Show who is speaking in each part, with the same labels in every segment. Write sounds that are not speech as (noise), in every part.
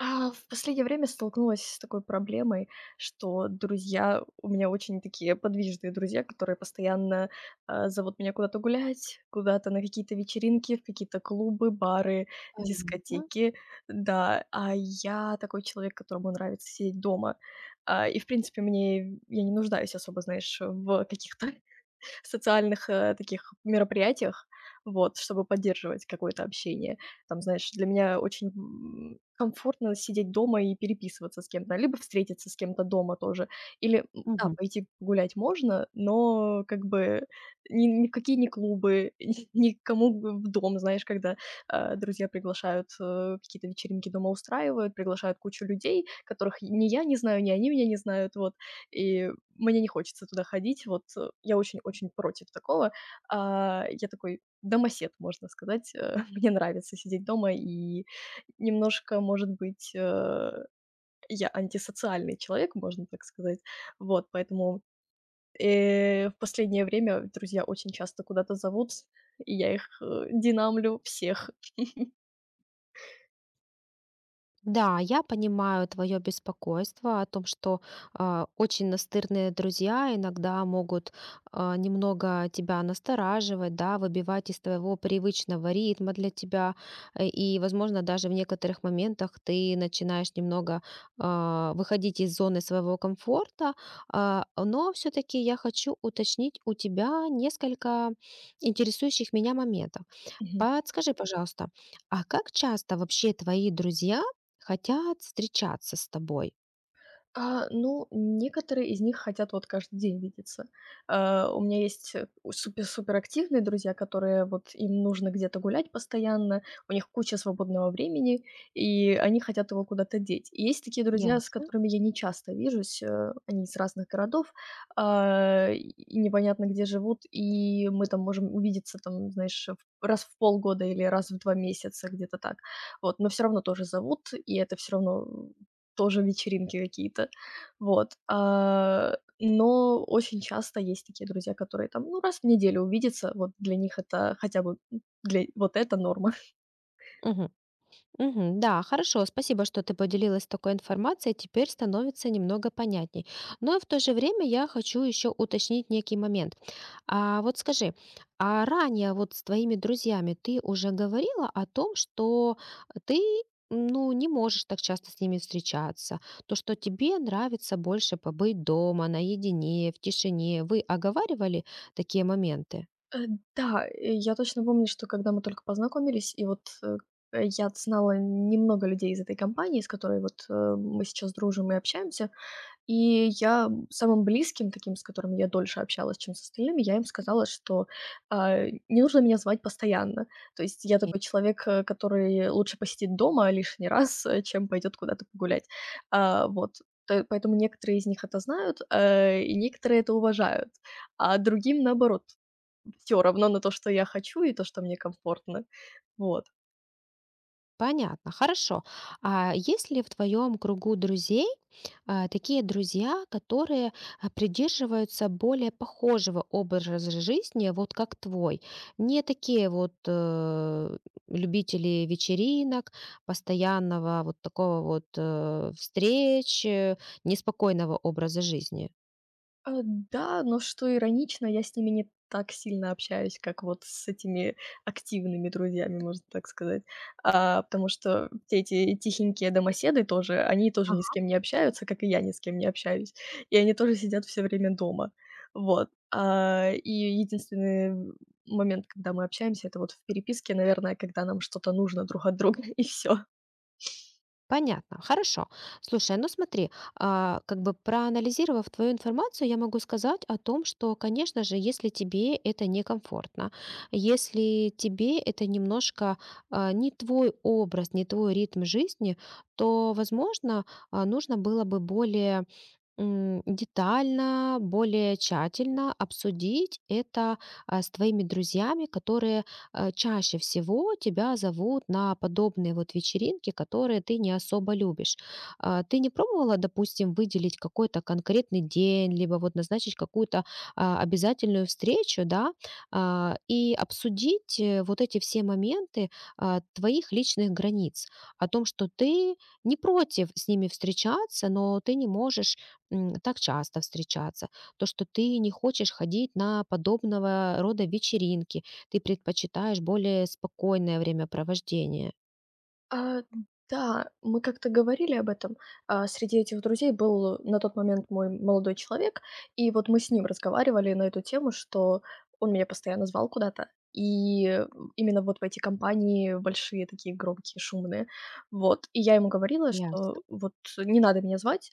Speaker 1: В последнее время столкнулась с такой проблемой, что друзья у меня очень такие подвижные друзья, которые постоянно, зовут меня куда-то гулять, куда-то на какие-то вечеринки, в какие-то клубы, бары,
Speaker 2: Понятно.
Speaker 1: дискотеки. Да, а я такой человек, которому нравится сидеть дома. В принципе, мне я не нуждаюсь особо, знаешь, в каких-то (laughs) социальных, таких мероприятиях, вот, чтобы поддерживать какое-то общение. Там, знаешь, для меня очень, комфортно сидеть дома и переписываться с кем-то, либо встретиться с кем-то дома тоже. Или да,
Speaker 2: Мгм.
Speaker 1: пойти погулять можно, но как бы ни в какие не клубы, (laughs) ни к кому в дом. Знаешь, когда, друзья приглашают, какие-то вечеринки дома устраивают, приглашают кучу людей, которых ни я не знаю, ни они меня не знают, вот. И мне не хочется туда ходить, вот, я очень-очень против такого. А, я такой: домосед, можно сказать. (laughs) Мне нравится сидеть дома, и немножко, может быть, я антисоциальный человек, можно так сказать. Вот, поэтому, в последнее время друзья очень часто куда-то зовут, и я их, динамлю всех.
Speaker 2: Да, я понимаю твое беспокойство о том, что очень настырные друзья иногда могут немного тебя настораживать, да, выбивать из твоего привычного ритма для тебя. И, возможно, даже в некоторых моментах ты начинаешь немного выходить из зоны своего комфорта. Но все-таки я хочу уточнить у тебя несколько интересующих меня моментов.
Speaker 1: Мгм.
Speaker 2: Подскажи, пожалуйста, а как часто вообще твои друзья хотят встречаться с тобой?
Speaker 1: Ну, некоторые из них хотят вот каждый день видеться. У меня есть супер суперактивные друзья, которые вот им нужно где-то гулять постоянно, у них куча свободного времени, и они хотят его куда-то деть. И есть такие друзья, с
Speaker 2: Ясно.
Speaker 1: которыми я не часто вижусь, они из разных городов, и непонятно где живут, и мы там можем увидеться там, знаешь, раз в полгода или раз в два месяца, где-то так. Вот, но все равно тоже зовут, и это все равно тоже вечеринки какие-то. Вот, но очень часто есть такие друзья, которые там, ну, раз в неделю увидятся. Вот для них это хотя бы, для вот это норма.
Speaker 2: Мгм. Мгм. Да, хорошо, спасибо, что ты поделилась такой информацией, теперь становится немного понятней. Но в то же время я хочу еще уточнить некий момент. А вот скажи, а ранее вот с твоими друзьями ты уже говорила о том, что ты, ну, не можешь так часто с ними встречаться, то, что тебе нравится больше побыть дома, наедине, в тишине. Вы оговаривали такие моменты?
Speaker 1: Э, да, я точно помню, что когда мы только познакомились, и вот, я знала немного людей из этой компании, с которой вот, мы сейчас дружим и общаемся. И я самым близким таким, с которым я дольше общалась, чем с остальными, я им сказала, что, а, не нужно меня звать постоянно. То есть я
Speaker 2: Окей.
Speaker 1: такой человек, который лучше посидит дома лишний раз, чем пойдет куда-то погулять. А, вот. Т Поэтому некоторые из них это знают, и некоторые это уважают, а другим, наоборот, все равно на то, что я хочу, и то, что мне комфортно. Вот.
Speaker 2: Понятно, хорошо. А есть ли в твоем кругу друзей такие друзья, которые придерживаются более похожего образа жизни, вот как твой. Не такие вот любители вечеринок, постоянного вот такого вот встреч, неспокойного образа жизни.
Speaker 1: Да, но что иронично, я с ними не так сильно общаюсь, как вот с этими активными друзьями, можно так сказать. Потому что все эти тихенькие домоседы тоже, они тоже ни с кем не общаются, как и я ни с кем не общаюсь. И они тоже сидят все время дома. Вот. И единственный момент, когда мы общаемся, это вот в переписке, наверное, когда нам что-то нужно друг от друга, (laughs) и все.
Speaker 2: Понятно, хорошо. Слушай, ну смотри, а, как бы проанализировав твою информацию, я могу сказать о том, что, конечно же, если тебе это некомфортно, если тебе это немножко, не твой образ, не твой ритм жизни, то, возможно, нужно было бы более детально, более тщательно обсудить это с твоими друзьями, которые чаще всего тебя зовут на подобные вот вечеринки, которые ты не особо любишь. Ты не пробовала, допустим, выделить какой-то конкретный день, либо вот назначить какую-то обязательную встречу, да, и обсудить, вот эти все моменты твоих личных границ, о том, что ты не против с ними встречаться, но ты не можешь так часто встречаться, то, что ты не хочешь ходить на подобного рода вечеринки, ты предпочитаешь более спокойное времяпровождение.
Speaker 1: А, да, мы как-то говорили об этом. Среди этих друзей был на тот момент мой молодой человек, и вот мы с ним разговаривали на эту тему, что он меня постоянно звал куда-то, и именно вот в эти компании большие, такие громкие, шумные. Вот, и я ему говорила, что
Speaker 2: Ясно.
Speaker 1: вот не надо меня звать,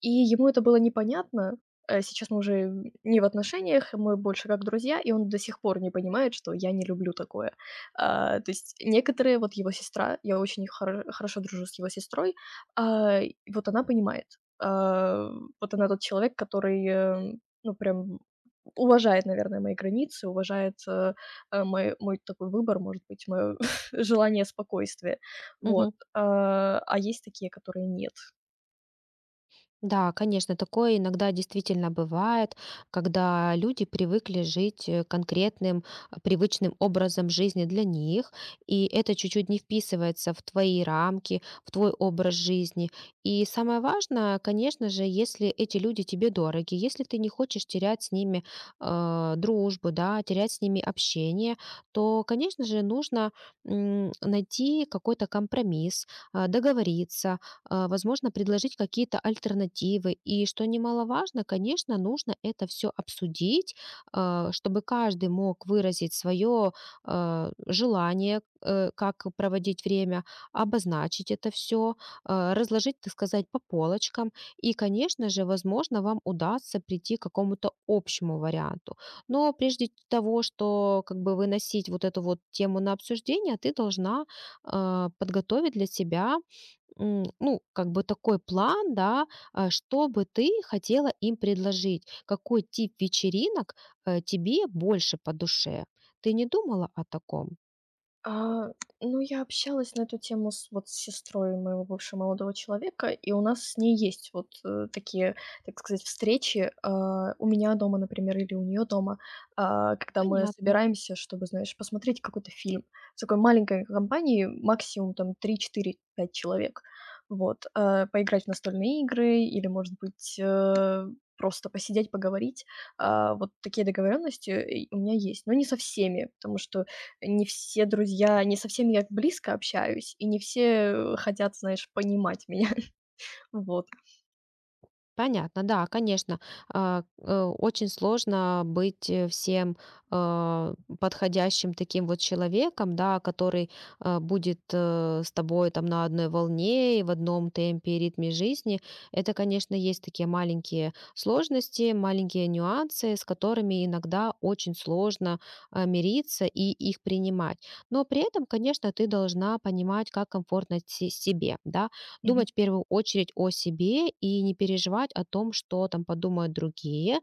Speaker 1: и ему это было непонятно. Сейчас мы уже не в отношениях, мы больше как друзья, и он до сих пор не понимает, что я не люблю такое. То есть некоторые, вот его сестра, я очень хорошо дружу с его сестрой, и вот она понимает. А, вот она тот человек, который, ну, прям уважает, наверное, мои границы, уважает, мой такой выбор, может быть, моё (laughs) желание спокойствия. Вот.
Speaker 2: Мгм.
Speaker 1: А есть такие, которые нет.
Speaker 2: Да, конечно, такое иногда действительно бывает, когда люди привыкли жить конкретным, привычным образом жизни для них, и это чуть-чуть не вписывается в твои рамки, в твой образ жизни. И самое важное, конечно же, если эти люди тебе дороги, если ты не хочешь терять с ними дружбу, да, терять с ними общение, то, конечно же, нужно найти какой-то компромисс, договориться, возможно, предложить какие-то альтернативы. И что немаловажно, конечно, нужно это все обсудить, чтобы каждый мог выразить свое желание, как проводить время, обозначить это все, разложить, так сказать, по полочкам. И, конечно же, возможно, вам удастся прийти к какому-то общему варианту. Но прежде того, что как бы выносить вот эту вот тему на обсуждение, ты должна подготовить для себя ну, как бы такой план, да, что бы ты хотела им предложить? Какой тип вечеринок тебе больше по душе? Ты не думала о таком?
Speaker 1: А, ну, я общалась на эту тему с сестрой моего бывшего молодого человека, и у нас с ней есть вот такие, так сказать, встречи, у меня дома, например, или у нее дома, когда мы
Speaker 2: Понятно.
Speaker 1: собираемся, чтобы, знаешь, посмотреть какой-то фильм. С такой маленькой компанией, максимум там три-четыре-пять человек. Вот, поиграть в настольные игры или, может быть, просто посидеть, поговорить. Вот такие договоренности у меня есть, но не со всеми, потому что не все друзья, не со всеми я близко общаюсь, и не все, хотят, знаешь, понимать меня. (laughs) Вот.
Speaker 2: Понятно, да, конечно. Очень сложно быть всем а, подходящим таким вот человеком, да, который будет с тобой там на одной волне и в одном темпе и ритме жизни. Это, конечно, есть такие маленькие сложности, маленькие нюансы, с которыми иногда очень сложно мириться и их принимать. Но при этом, конечно, ты должна понимать, как комфортно себе, да,
Speaker 1: Мгм.
Speaker 2: думать в первую очередь о себе и не переживать о том, что там подумают другие.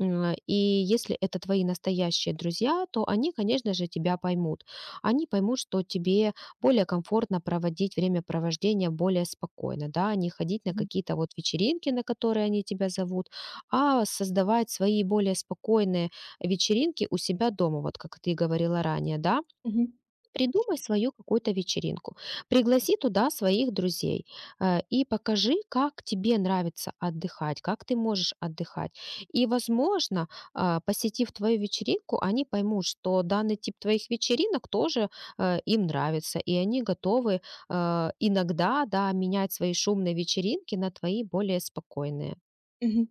Speaker 2: И если это твои настоящие друзья, то они, конечно же, тебя поймут. Они поймут, что тебе более комфортно проводить времяпровождение более спокойно, да, не ходить на
Speaker 1: Мгм.
Speaker 2: какие-то вот вечеринки, на которые они тебя зовут, а создавать свои более спокойные вечеринки у себя дома, вот как ты говорила ранее, да.
Speaker 1: Мгм.
Speaker 2: Придумай свою какую-то вечеринку. Пригласи туда своих друзей, и покажи, как тебе нравится отдыхать, как ты можешь отдыхать. И, возможно, посетив твою вечеринку, они поймут, что данный тип твоих вечеринок тоже им нравится, и они готовы иногда, да, менять свои шумные вечеринки на твои более спокойные.
Speaker 1: Мгм.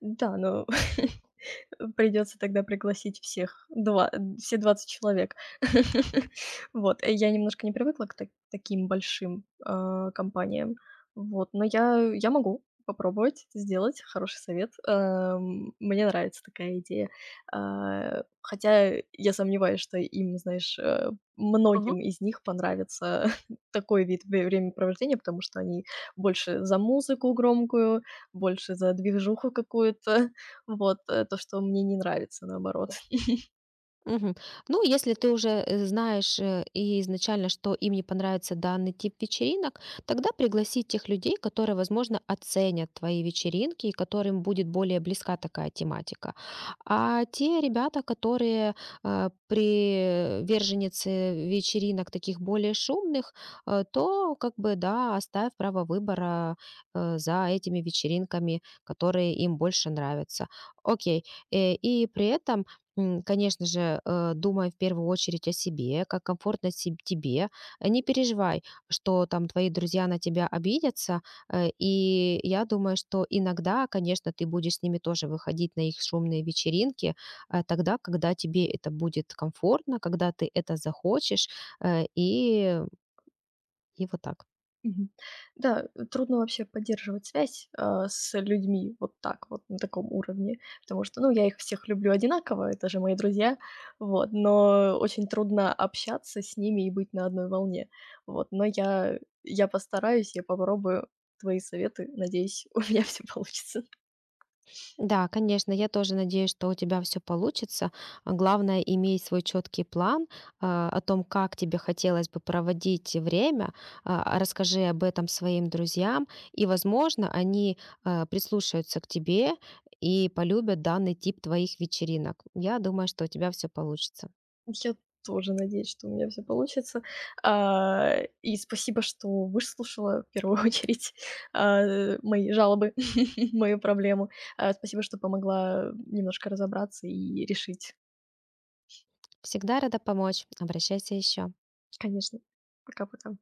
Speaker 1: Да, но (laughs) придется тогда пригласить всех, два все 20 человек. (laughs) Вот, я немножко не привыкла к таким большим, компаниям. Вот, но я могу попробовать это сделать. Хороший совет. Мне нравится такая идея. Хотя я сомневаюсь, что им, знаешь, многим из них понравится (laughs) такой вид ве времяпровождения, потому что они больше за музыку громкую, больше за движуху какую-то. Вот, то, что мне не нравится, наоборот.
Speaker 2: Мгм. Ну, если ты уже знаешь и изначально, что им не понравится данный тип вечеринок, тогда пригласи тех людей, которые, возможно, оценят твои вечеринки и которым будет более близка такая тематика. А те ребята, которые приверженницы вечеринок таких более шумных, то как бы, да, оставь право выбора за этими вечеринками, которые им больше нравятся. Окей. И при этом, конечно же, думай в первую очередь о себе, как комфортно тебе. Не переживай, что там твои друзья на тебя обидятся. И я думаю, что иногда, конечно, ты будешь с ними тоже выходить на их шумные вечеринки тогда, когда тебе это будет комфортно, когда ты это захочешь. э, И, и вот так.
Speaker 1: Мгм. Да, трудно вообще поддерживать связь, с людьми вот так вот, на таком уровне, потому что, ну, я их всех люблю одинаково, это же мои друзья, вот, но очень трудно общаться с ними и быть на одной волне. Вот, но я постараюсь, я попробую твои советы. Надеюсь, (laughs) у меня все получится.
Speaker 2: Да, конечно, я тоже надеюсь, что у тебя все получится. А главное, имей свой четкий план о том, как тебе хотелось бы проводить время. Расскажи об этом своим друзьям, и, возможно, они, прислушаются к тебе и полюбят данный тип твоих вечеринок. Я думаю, что у тебя все получится.
Speaker 1: Я тоже надеюсь, что у меня все получится. А, и спасибо, что выслушала в первую (laughs) очередь, мои жалобы, (laughs) мою проблему. Спасибо, что помогла немножко разобраться и решить.
Speaker 2: Всегда рада помочь. Обращайся еще.
Speaker 1: Конечно. Пока-пока.